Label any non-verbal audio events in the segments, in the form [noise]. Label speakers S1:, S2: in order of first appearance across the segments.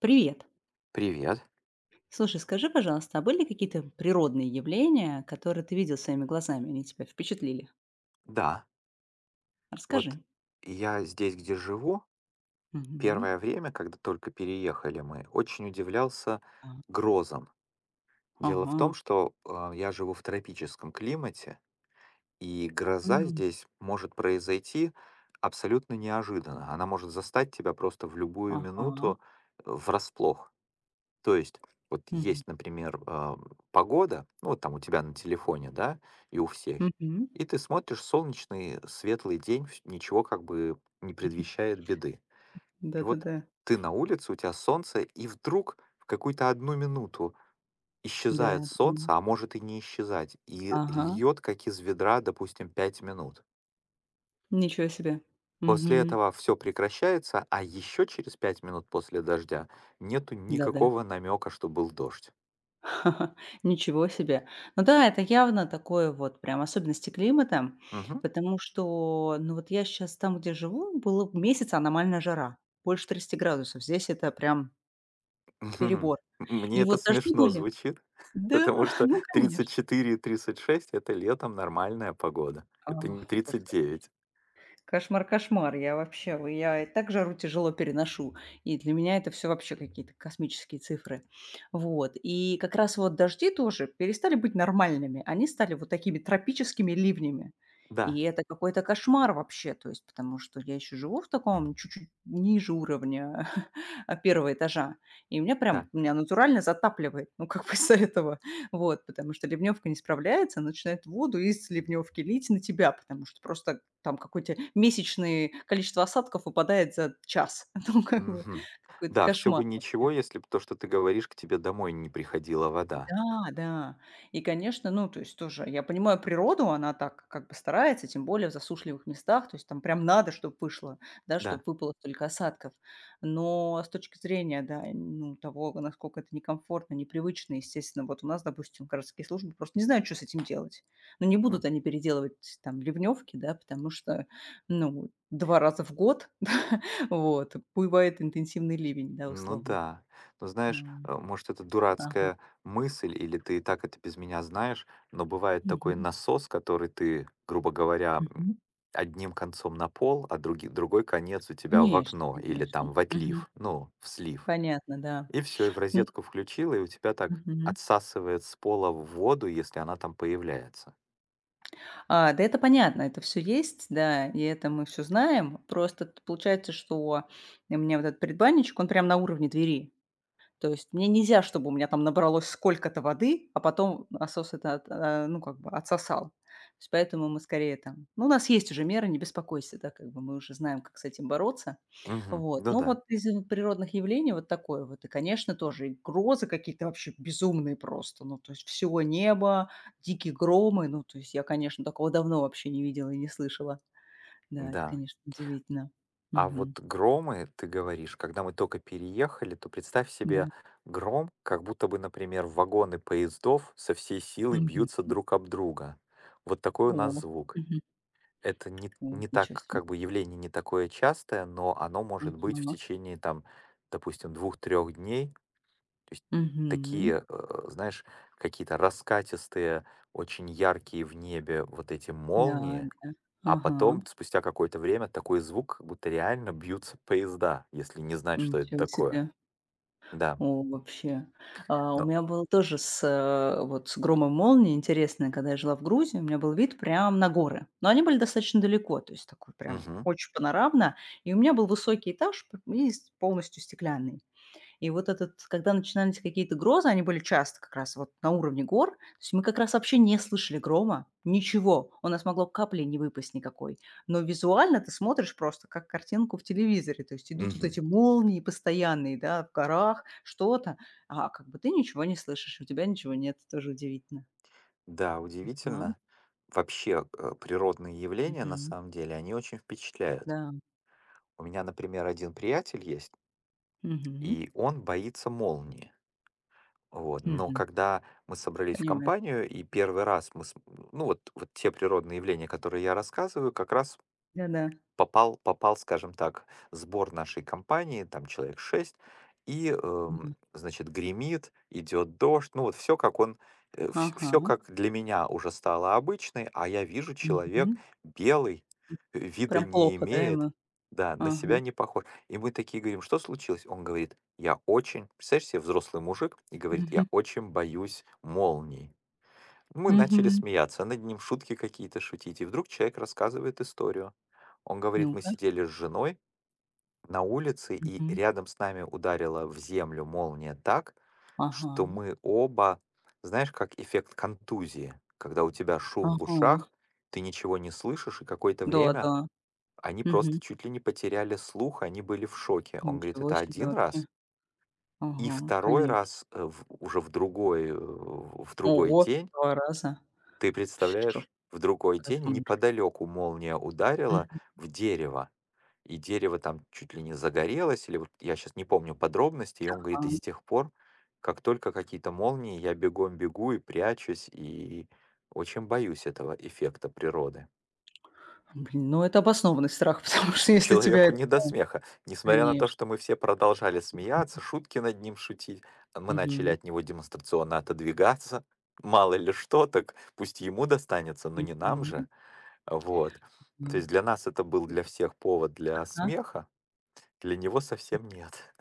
S1: Привет.
S2: Привет.
S1: Слушай, скажи, пожалуйста, а были какие-то природные явления, которые ты видел своими глазами, они тебя впечатлили?
S2: Да, вот
S1: Расскажи.
S2: я здесь, где живу,
S1: Мгм.
S2: первое время, когда только переехали мы, очень удивлялся
S1: А,
S2: грозам. Дело в том,
S1: ага.
S2: что я живу в тропическом климате, и гроза
S1: М,
S2: здесь может произойти абсолютно неожиданно. Она может застать тебя просто в любую
S1: ага.
S2: минуту врасплох. То есть вот
S1: Мгм.
S2: есть, например, погода, ну вот там у тебя на телефоне, да, и у всех,
S1: Мгм.
S2: и ты смотришь солнечный светлый день, ничего как бы не
S1: Мгм.
S2: предвещает беды. И вот
S1: Да-да-да.
S2: ты на улице, у тебя солнце, и вдруг в какую-то одну минуту исчезает
S1: Да,
S2: солнце,
S1: понимаю.
S2: а может и не исчезать, и
S1: Ага.
S2: льет как из ведра, допустим, 5 минут.
S1: Ничего себе.
S2: После
S1: Мгм.
S2: этого все прекращается, а еще через 5 минут после дождя нету
S1: Да-да.
S2: никакого намека, что был дождь.
S1: [laughs] Ничего себе. Ну да, это явно такое вот прям особенности климата,
S2: Мгм.
S1: потому что, ну вот я сейчас там, где живу, было месяц аномальная жара, больше 30 градусов. Здесь это прям
S2: Мгм.
S1: перебор.
S2: Мне
S1: И
S2: это
S1: вот дожди
S2: смешно
S1: были.
S2: звучит, [laughs]
S1: Да,
S2: потому
S1: [laughs]
S2: что
S1: ну
S2: тридцать
S1: конечно.
S2: четыре и 36 это летом нормальная погода.
S1: А,
S2: Это не
S1: ужас.
S2: 39.
S1: Кошмар, кошмар. Я вообще, я и так жару тяжело переношу. И для меня это все вообще какие-то космические цифры. Вот. И как раз вот дожди тоже перестали быть нормальными. Они стали вот такими тропическими ливнями.
S2: Да,
S1: И это какой-то кошмар вообще, то есть, потому что я еще живу в таком чуть-чуть ниже уровня [laughs] первого этажа, и меня
S2: да.
S1: прям, меня натурально затапливает, ну, как бы с этого. Вот, потому что ливневка не справляется, она начинает воду из ливневки лить на тебя, потому что просто там какое-то месячное количество осадков выпадает за час. [laughs] Ну, как бы
S2: Мгм.
S1: какой-то
S2: Да, все
S1: кошмар
S2: бы
S1: вообще.
S2: ничего, если бы то, что ты говоришь, к тебе домой не приходила вода.
S1: Да, да. И, конечно, ну, то есть тоже я понимаю природу, она так как бы старается, тем более в засушливых местах, то есть там прям надо, чтобы вышло, да, чтобы
S2: Да.
S1: выпало столько осадков. Но с точки зрения, да, ну, того, насколько это некомфортно, непривычно, естественно, вот у нас, допустим, городские службы просто не знают, что с этим делать. Ну, не будут
S2: М.
S1: они переделывать там ливневки, да, потому что, ну, два раза в год, [laughs] да, вот, бывает интенсивный ливень, да,
S2: Ну
S1: условно.
S2: да. Но знаешь,
S1: Ну,
S2: может, это
S1: ага.
S2: дурацкая мысль, или ты и так это без меня знаешь, но бывает такой
S1: Мгм.
S2: насос, который ты, грубо говоря,
S1: Мгм.
S2: одним концом на пол, а другой конец у тебя в
S1: Конечно,
S2: окно или
S1: конечно.
S2: там в
S1: Мгм.
S2: отлив, ну, в слив.
S1: Понятно, да.
S2: И все, и в
S1: Н
S2: розетку включила, и у тебя так
S1: мгм.
S2: отсасывает с пола в воду, если она там появляется.
S1: А, да, это понятно, это все есть, да, и это мы все знаем. Просто т получается, что у меня вот этот предбанничек, он прям на уровне двери. То есть мне нельзя, чтобы у меня там набралось сколько-то воды, а потом насос это, ну, как бы отсосал. То есть поэтому мы скорее там ну, у нас есть уже меры, не беспокойся, да, как бы мы уже знаем, как с этим бороться.
S2: Мгм.
S1: Вот.
S2: Ну
S1: Но
S2: да,
S1: вот из природных явлений вот такое вот. И, конечно, тоже и грозы какие-то вообще безумные просто. Ну, то есть всего неба, дикие громы. Ну, то есть я, конечно, такого давно вообще не видела и не слышала. Да, это,
S2: да.
S1: конечно, удивительно.
S2: А
S1: Мгм.
S2: вот громы, ты говоришь, когда мы только переехали, то представь себе
S1: Да.
S2: гром, как будто бы, например, вагоны поездов со всей силы
S1: Мгм.
S2: бьются друг об друга. Вот такой у нас
S1: О.
S2: звук.
S1: Мгм.
S2: Это не,
S1: О,
S2: не
S1: ничего
S2: так,
S1: себе.
S2: как бы явление не такое частое, но оно может быть в
S1: Ага.
S2: течение, там, допустим, двух-трех дней. То есть
S1: Мгм.
S2: такие, знаешь, какие-то раскатистые, очень яркие в небе вот эти
S1: Да,
S2: молнии,
S1: да.
S2: а
S1: Ага.
S2: потом, спустя какое-то время, такой звук, как будто реально бьются поезда, если не знать, что это
S1: Ничего
S2: такое.
S1: себе.
S2: Да.
S1: О, вообще. А, у
S2: Но
S1: меня было тоже вот с громом молнии интересно, когда я жила в Грузии, у меня был вид прям на горы. Но они были достаточно далеко, то есть такой прям
S2: мгм,
S1: очень панорамно. И у меня был высокий этаж п- и с- полностью стеклянный. И вот этот когда начинались какие-то грозы, они были часто как раз вот на уровне гор, то есть мы как раз вообще не слышали грома, ничего, у нас могло капли не выпасть никакой. Но визуально ты смотришь просто как картинку в телевизоре, то есть идут вот
S2: мгм.
S1: эти молнии постоянные, да, в горах, что-то, а как бы ты ничего не слышишь, у тебя ничего нет, тоже удивительно.
S2: Да,
S1: А,
S2: удивительно. Вообще, природные явления, на
S1: мгм.
S2: самом деле, они очень впечатляют.
S1: Да.
S2: У меня, например, один приятель есть,
S1: Мгм.
S2: и он боится молнии. Вот. Но
S1: Мгм.
S2: когда мы собрались в
S1: Понимаю.
S2: компанию, и первый раз мы. Ну, вот, вот те природные явления, которые я рассказываю, как раз
S1: Да-да.
S2: попал, скажем так, сбор нашей компании, там человек 6 и,
S1: Да.
S2: значит, гремит, идет дождь. Ну, вот все как он,
S1: Ага.
S2: все как для меня уже стало обычной, а я вижу, человек
S1: Мгм.
S2: белый, вида
S1: Прям
S2: не
S1: плохо, да,
S2: имеет,
S1: ему?
S2: да, на
S1: Ага.
S2: себя не похож. И мы такие говорим: "Что случилось?" Он говорит: "Я очень", представляешь себе, взрослый мужик, и говорит: "Я
S1: [laughs]
S2: очень боюсь молний". Мы начали
S1: Мгм.
S2: смеяться, над ним шутки какие-то шутить. И вдруг человек рассказывает историю. Он говорит, мы
S1: Ну-ка.
S2: сидели с женой на улице, и
S1: Мгм.
S2: рядом с нами ударила в землю молния так, что
S1: Ага.
S2: мы оба, знаешь, как эффект контузии, когда у тебя шум в
S1: Ага.
S2: ушах, ты ничего не слышишь, и какое-то
S1: Да,
S2: время
S1: да.
S2: они просто
S1: Мгм.
S2: чуть ли не потеряли слух, они были в шоке. Он говорит,
S1: Ничего
S2: это
S1: себе
S2: один
S1: вообще.
S2: раз, и
S1: Ага,
S2: второй
S1: конечно.
S2: раз уже в другой, в другой
S1: Ого,
S2: день,
S1: два раза.
S2: ты
S1: Вообще шок,
S2: представляешь, в другой день
S1: кошмар.
S2: неподалеку молния ударила
S1: Мгм.
S2: в дерево, и дерево там чуть ли не загорелось, или вот я сейчас не помню подробностей, и он говорит, и
S1: Ага.
S2: с тех пор, как только какие-то молнии, я бегом бегу и прячусь, и очень боюсь этого эффекта природы.
S1: Блин, ну это обоснованный страх, [laughs] потому что если тебя
S2: Человеку
S1: это
S2: не до смеха. Несмотря на то,
S1: конечно.
S2: что мы все продолжали смеяться, шутки над ним шутить, мы начали
S1: Мгм.
S2: от него демонстрационно отодвигаться. Мало ли что, так пусть ему достанется, но не нам
S1: Мгм.
S2: же. Вот. То
S1: Да.
S2: есть для нас это был для
S1: Интересно.
S2: всех повод для
S1: Ага.
S2: смеха, для него совсем нет.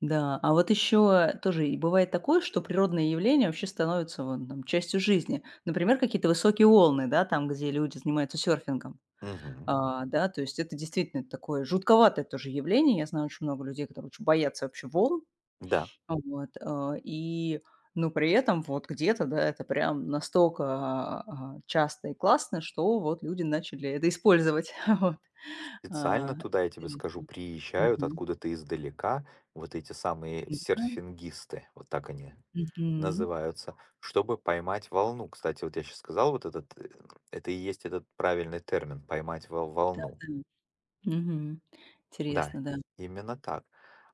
S1: Да, а вот еще тоже и бывает такое, что природные явления вообще становятся вон там частью жизни. Например, какие-то высокие волны, да, там, где люди занимаются серфингом.
S2: [laughs] Мгм.
S1: А, да, то есть это действительно такое жутковатое тоже явление. Я знаю очень много людей, которые очень боятся вообще волн.
S2: Да,
S1: Вот, а, и, но при этом вот где-то, да, это прям настолько, часто и классно, что вот люди начали это использовать. [laughs] Вот. А,
S2: специально туда, я тебе скажу,
S1: интересно.
S2: приезжают
S1: Мгм.
S2: откуда-то издалека вот эти самые
S1: Да.
S2: серфингисты, вот так они
S1: Мгм.
S2: называются, чтобы поймать волну. Кстати, вот я сейчас сказал, вот этот, это и есть этот правильный термин, поймать волну.
S1: Да. Мгм.
S2: Да,
S1: Интересно, да.
S2: именно так.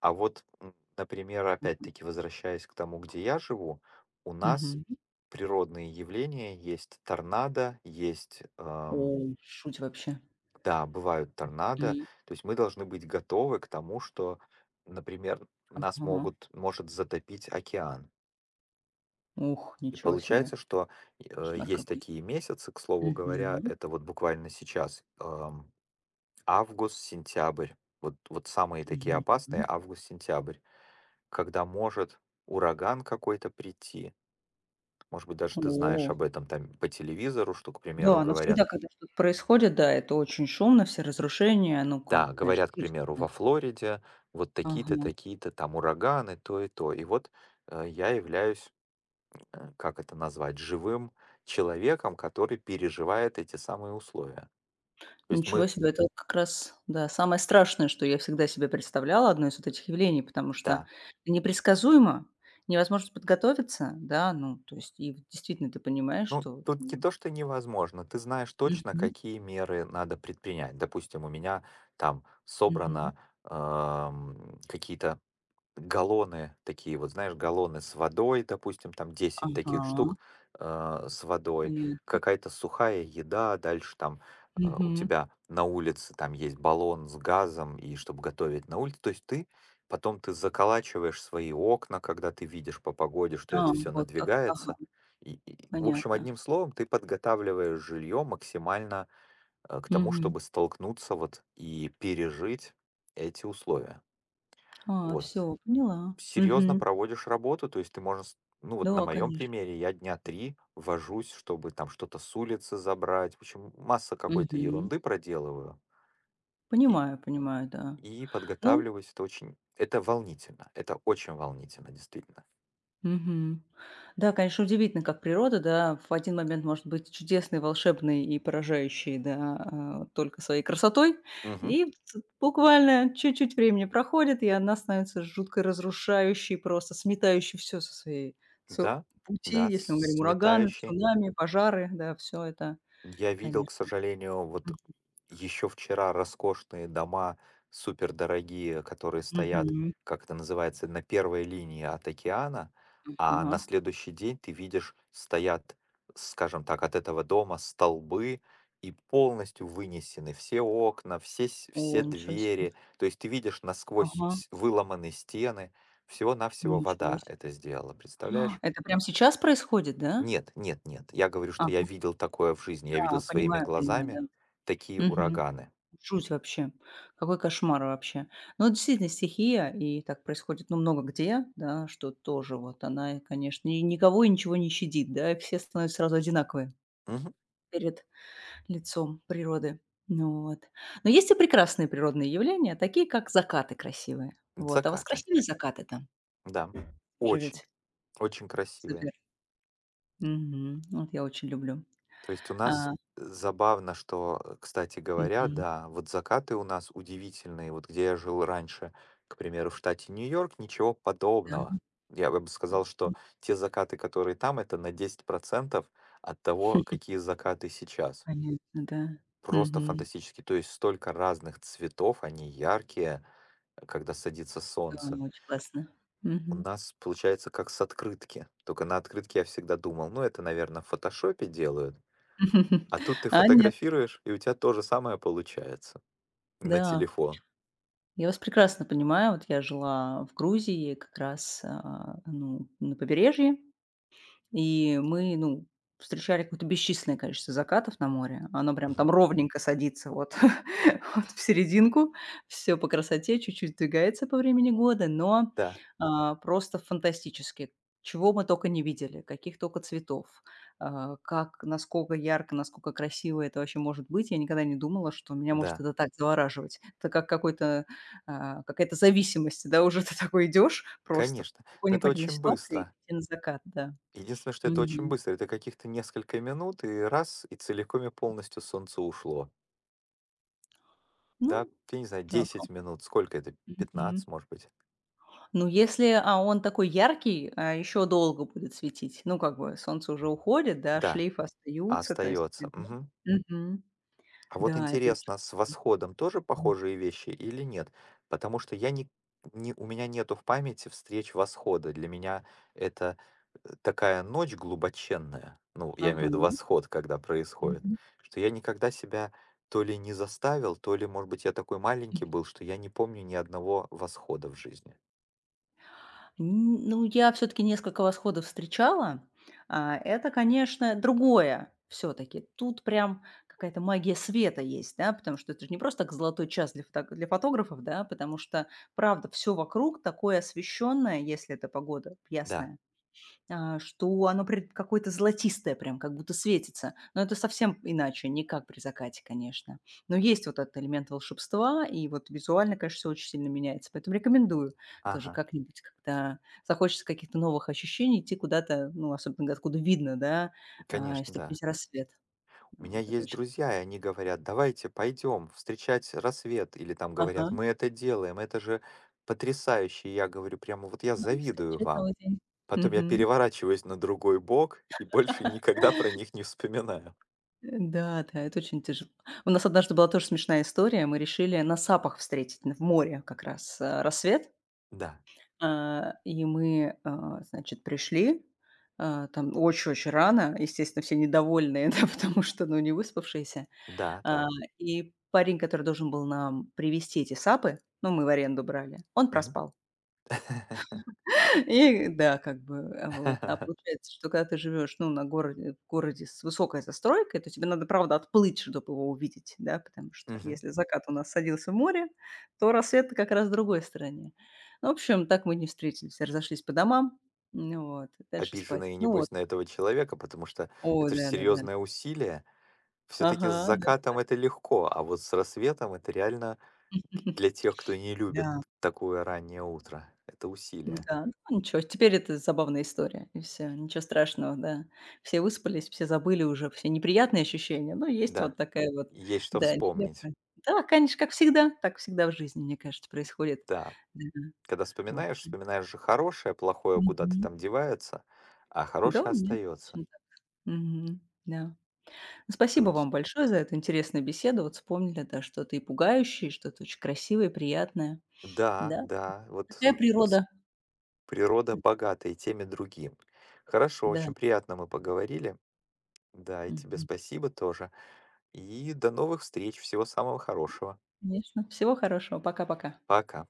S2: А вот, например, опять-таки, возвращаясь к тому, где я живу, у нас
S1: Мгм.
S2: природные явления, есть торнадо, есть,
S1: О, шуть вообще.
S2: да, бывают торнадо.
S1: М.
S2: То есть мы должны быть готовы к тому, что, например, нас
S1: Ага.
S2: могут, может затопить океан.
S1: Ух,
S2: И
S1: ничего себе.
S2: получается, что
S1: Кошмар
S2: есть
S1: какой.
S2: такие месяцы, к слову говоря,
S1: Мгм.
S2: это вот буквально сейчас, август, сентябрь, вот, вот самые такие опасные
S1: Мгм.
S2: август-сентябрь, когда может ураган какой-то прийти. Может быть, даже ты знаешь
S1: О,
S2: об этом там по телевизору, что, к примеру,
S1: да, но всегда,
S2: говорят,
S1: когда что-то происходит, да, это очень шумно, все разрушения, ну, как
S2: да,
S1: бы, конечно,
S2: говорят, к
S1: жуть
S2: примеру, во
S1: какая-то.
S2: Флориде вот такие-то,
S1: Ага.
S2: такие-то там ураганы, то и то. И вот я являюсь, как это назвать, живым человеком, который переживает эти самые условия. То есть
S1: Ничего
S2: мы,
S1: себе, это вот как раз, да, самое страшное, что я всегда себе представляла, одно из вот этих явлений, потому что
S2: да,
S1: непредсказуемо, невозможно подготовиться, да, ну, то есть и вот действительно ты понимаешь,
S2: ну
S1: что
S2: тут не
S1: м,
S2: то, что невозможно, ты знаешь точно,
S1: мгм,
S2: какие меры надо предпринять. Допустим, у меня там
S1: мгм,
S2: собрано, какие-то галлоны такие вот, знаешь, галлоны с водой, допустим, там десять
S1: ага,
S2: таких штук, с водой,
S1: понятно,
S2: какая-то сухая еда, дальше там, у
S1: мгм.
S2: тебя на улице там есть баллон с газом, и чтобы готовить на улице. То есть ты потом ты заколачиваешь свои окна, когда ты видишь по погоде, что
S1: А,
S2: это все
S1: вот как, ага,
S2: надвигается. И в общем,
S1: понятно.
S2: одним словом, ты подготавливаешь жилье максимально, к тому,
S1: Мгм.
S2: чтобы столкнуться вот и пережить эти условия.
S1: А,
S2: Вот
S1: всё, поняла.
S2: серьезно
S1: Мгм.
S2: проводишь работу, то есть ты можешь, ну вот на
S1: Да,
S2: моем
S1: конечно.
S2: примере, я дня три вожусь, чтобы там что-то с улицы забрать, в общем, масса какой-то
S1: Мгм.
S2: ерунды проделываю и,
S1: Понимаю, понимаю, да.
S2: и
S1: Ну,
S2: подготавливаюсь, это очень, это волнительно, это очень волнительно, действительно.
S1: мгм. Да, конечно, удивительно, как природа, да, в один момент может быть чудесной, волшебной и поражающей, да, вот только своей красотой,
S2: Мгм.
S1: и ц- буквально чуть-чуть времени проходит, и она становится жутко разрушающей, просто сметающей все со своей со
S2: Да,
S1: пути,
S2: да,
S1: если мы говорим ураганы,
S2: сметающий.
S1: цунами, пожары, да, все это,
S2: Я видел, к
S1: конечно.
S2: сожалению, вот еще вчера роскошные дома, супердорогие, которые стоят,
S1: Мгм.
S2: как это называется, на первой линии от океана, а на
S1: Ага.
S2: следующий день ты видишь, стоят, скажем так, от этого дома столбы и полностью вынесены все окна, все, с-
S1: О,
S2: все
S1: ничего себе.
S2: двери. То есть ты видишь насквозь
S1: Ага,
S2: выломанные стены, всего-навсего
S1: ничего
S2: вода
S1: себе.
S2: это сделала,
S1: [gasps] А,
S2: представляешь?
S1: это прямо сейчас происходит, да?
S2: Нет, нет, нет. Я говорю, что я видел такое в жизни. Я видел
S1: Ага,
S2: своими
S1: понимаю, понимаю, да.
S2: глазами такие
S1: Мгм.
S2: ураганы.
S1: Жуть вообще. Какой кошмар вообще. Ну, вот действительно, стихия, и так происходит, ну, много где, да, что тоже вот она, конечно, и никого и ничего не щадит, да, и все становятся сразу одинаковые
S2: Мгм.
S1: перед лицом природы. Ну вот. Но есть и прекрасные природные явления, такие как закаты красивые. Вот. А у вас
S2: Закаты,
S1: красивые закаты там
S2: да.
S1: живете?
S2: Очень, очень красивые.
S1: Супер. Мгм. Вот я очень люблю.
S2: То есть у нас
S1: А,
S2: забавно, что, кстати говоря,
S1: мгм.
S2: да, вот закаты у нас удивительные. Вот где я жил раньше, к примеру, в штате Нью-Йорк, ничего
S1: Да.
S2: подобного. Я бы сказал,
S1: Мгм.
S2: что те закаты, которые там, это на 10% от того, какие закаты сейчас.
S1: Понятно, да.
S2: Просто
S1: Мгм.
S2: фантастически. То есть столько разных цветов, они яркие, когда садится
S1: Да,
S2: солнце.
S1: очень классно.
S2: У
S1: Мгм.
S2: нас получается как с открытки. Только на открытке я всегда думал, ну это, наверное, в фотошопе делают.
S1: [laughs]
S2: А тут ты
S1: А, нет,
S2: фотографируешь, и у тебя то же самое получается на
S1: да.
S2: телефон.
S1: Я вас прекрасно понимаю. Вот я жила в Грузии как раз, а, ну, на побережье. И мы, ну, встречали какое-то бесчисленное количество закатов на море. Оно прям
S2: Мгм.
S1: там ровненько садится вот, [laughs] вот в серединку. Все по красоте, чуть-чуть двигается по времени года, но,
S2: Да,
S1: просто фантастически. Чего мы только не видели, каких только цветов, а, как, насколько ярко, насколько красиво это вообще может быть. Я никогда не думала, что меня может
S2: да,
S1: это так завораживать. Это как какой-то, какая-то зависимость, да, уже ты такой идешь просто
S2: конечно.
S1: в такой
S2: Но это
S1: непонятной
S2: очень
S1: ситуации,
S2: быстро.
S1: и на закат, да.
S2: Единственное, что это очень
S1: Мгм.
S2: быстро. Это каких-то несколько минут, и раз, и целиком и полностью солнце ушло.
S1: Ну,
S2: Да, я не знаю,
S1: так. а.
S2: 10 минут, сколько это?
S1: Мгм.
S2: 15, может быть.
S1: Ну, если а он такой яркий, еще долго будет светить. Ну, как бы солнце уже уходит, да,
S2: Да,
S1: шлейфы остаются, то есть
S2: остается.
S1: видны.
S2: Мгм.
S1: Мгм.
S2: А вот
S1: Да, это очень
S2: интересно, с
S1: классно.
S2: восходом тоже
S1: Мгм.
S2: похожие вещи или нет? Потому что я не, не, у меня нету в памяти встреч восхода. Для меня это такая ночь глубоченная, ну, я имею в виду
S1: Ага.
S2: восход, когда происходит,
S1: Мгм.
S2: что я никогда себя то ли не заставил, то ли, может быть, я такой маленький был, что я не помню ни одного восхода в жизни.
S1: Н ну, я все таки несколько восходов встречала. А, это, конечно, другое все таки. Тут прям какая-то магия света есть, да, потому что это же не просто так золотой час для фото для фотографов, да, потому что, правда, все вокруг такое освещенное, если эта погода
S2: Да,
S1: ясная, а, что оно пред какое-то золотистое прям, как будто светится. Но это совсем иначе, не как при закате, конечно. Но есть вот этот элемент волшебства, и вот визуально, конечно, всё очень сильно меняется. Поэтому рекомендую тоже
S2: ага,
S1: как-нибудь, когда захочется каких-то новых ощущений, идти куда-то, ну, особенно откуда видно, да, и
S2: конечно, да.
S1: встретить рассвет.
S2: У меня
S1: Вот это
S2: есть
S1: очень классно.
S2: друзья, и они говорят: "Давайте пойдем встречать рассвет". Или там
S1: Ага,
S2: говорят: "Мы это делаем, это же потрясающе". И я говорю прямо: "Вот я
S1: да,
S2: завидую
S1: встречать
S2: вам".
S1: новый день.
S2: Потом я
S1: Мгм.
S2: переворачиваюсь на другой бок и больше никогда про них не вспоминаю.
S1: Да, да, это очень тяжело. У нас однажды была тоже смешная история. Мы решили на Сапах встретить, н- в море как раз рассвет.
S2: Да,
S1: И мы, значит, пришли там очень-очень рано, естественно, все недовольные, [laughs] да, потому что, ну, не выспавшиеся.
S2: да,
S1: А,
S2: так.
S1: И парень, который должен был нам привезти эти сапы, ну, мы в аренду брали, он
S2: Мгм.
S1: проспал.
S2: [laughs]
S1: И да, как бы, а, вот. А получается, что когда ты живешь, ну, на городе в городе с высокой застройкой, то тебе надо, правда, отплыть, чтобы его увидеть, да, потому что
S2: Мгм.
S1: если закат у нас садился в море, то рассвет как раз в другой стороне. Ну, в общем, так мы не встретились, разошлись по домам, ну вот, и дальше спать.
S2: Обиженные,
S1: Ну вот.
S2: небось, на этого человека, потому что
S1: О
S2: это же
S1: да-да-да.
S2: серьезное усилие. Все-таки с
S1: Ага, да.
S2: закатом это легко, а вот с рассветом это реально. Для
S1: [laughs]
S2: тех, кто не любит
S1: Да.
S2: такое раннее утро, это усилие.
S1: Да, ну ничего, теперь это забавная история, и все, ничего страшного, да. Все выспались, все забыли уже все неприятные ощущения, но есть вот
S2: Да,
S1: такая вот,
S2: есть что
S1: да,
S2: вспомнить.
S1: нелепая. Да, конечно, как всегда, так всегда в жизни, мне кажется, происходит.
S2: Да,
S1: Да,
S2: когда
S1: вот,
S2: вспоминаешь, вспоминаешь же хорошее, плохое куда-то
S1: мгм.
S2: там девается, а
S1: Да,
S2: хорошее
S1: нет,
S2: остается.
S1: точно так. Мгм. Да. Ну, спасибо вам
S2: Точно.
S1: большое за эту интересную беседу. Вот вспомнили, да, что-то и пугающее, и что-то очень красивое, приятное.
S2: Да,
S1: Да,
S2: да, вот
S1: такая
S2: с-
S1: природа.
S2: природа богата и тем, и другим. Хорошо,
S1: Да.
S2: очень приятно мы поговорили. Да, и тебе
S1: Мгм.
S2: спасибо тоже. И до новых встреч, всего самого хорошего.
S1: Конечно. Всего хорошего. Пока-пока.
S2: Пока.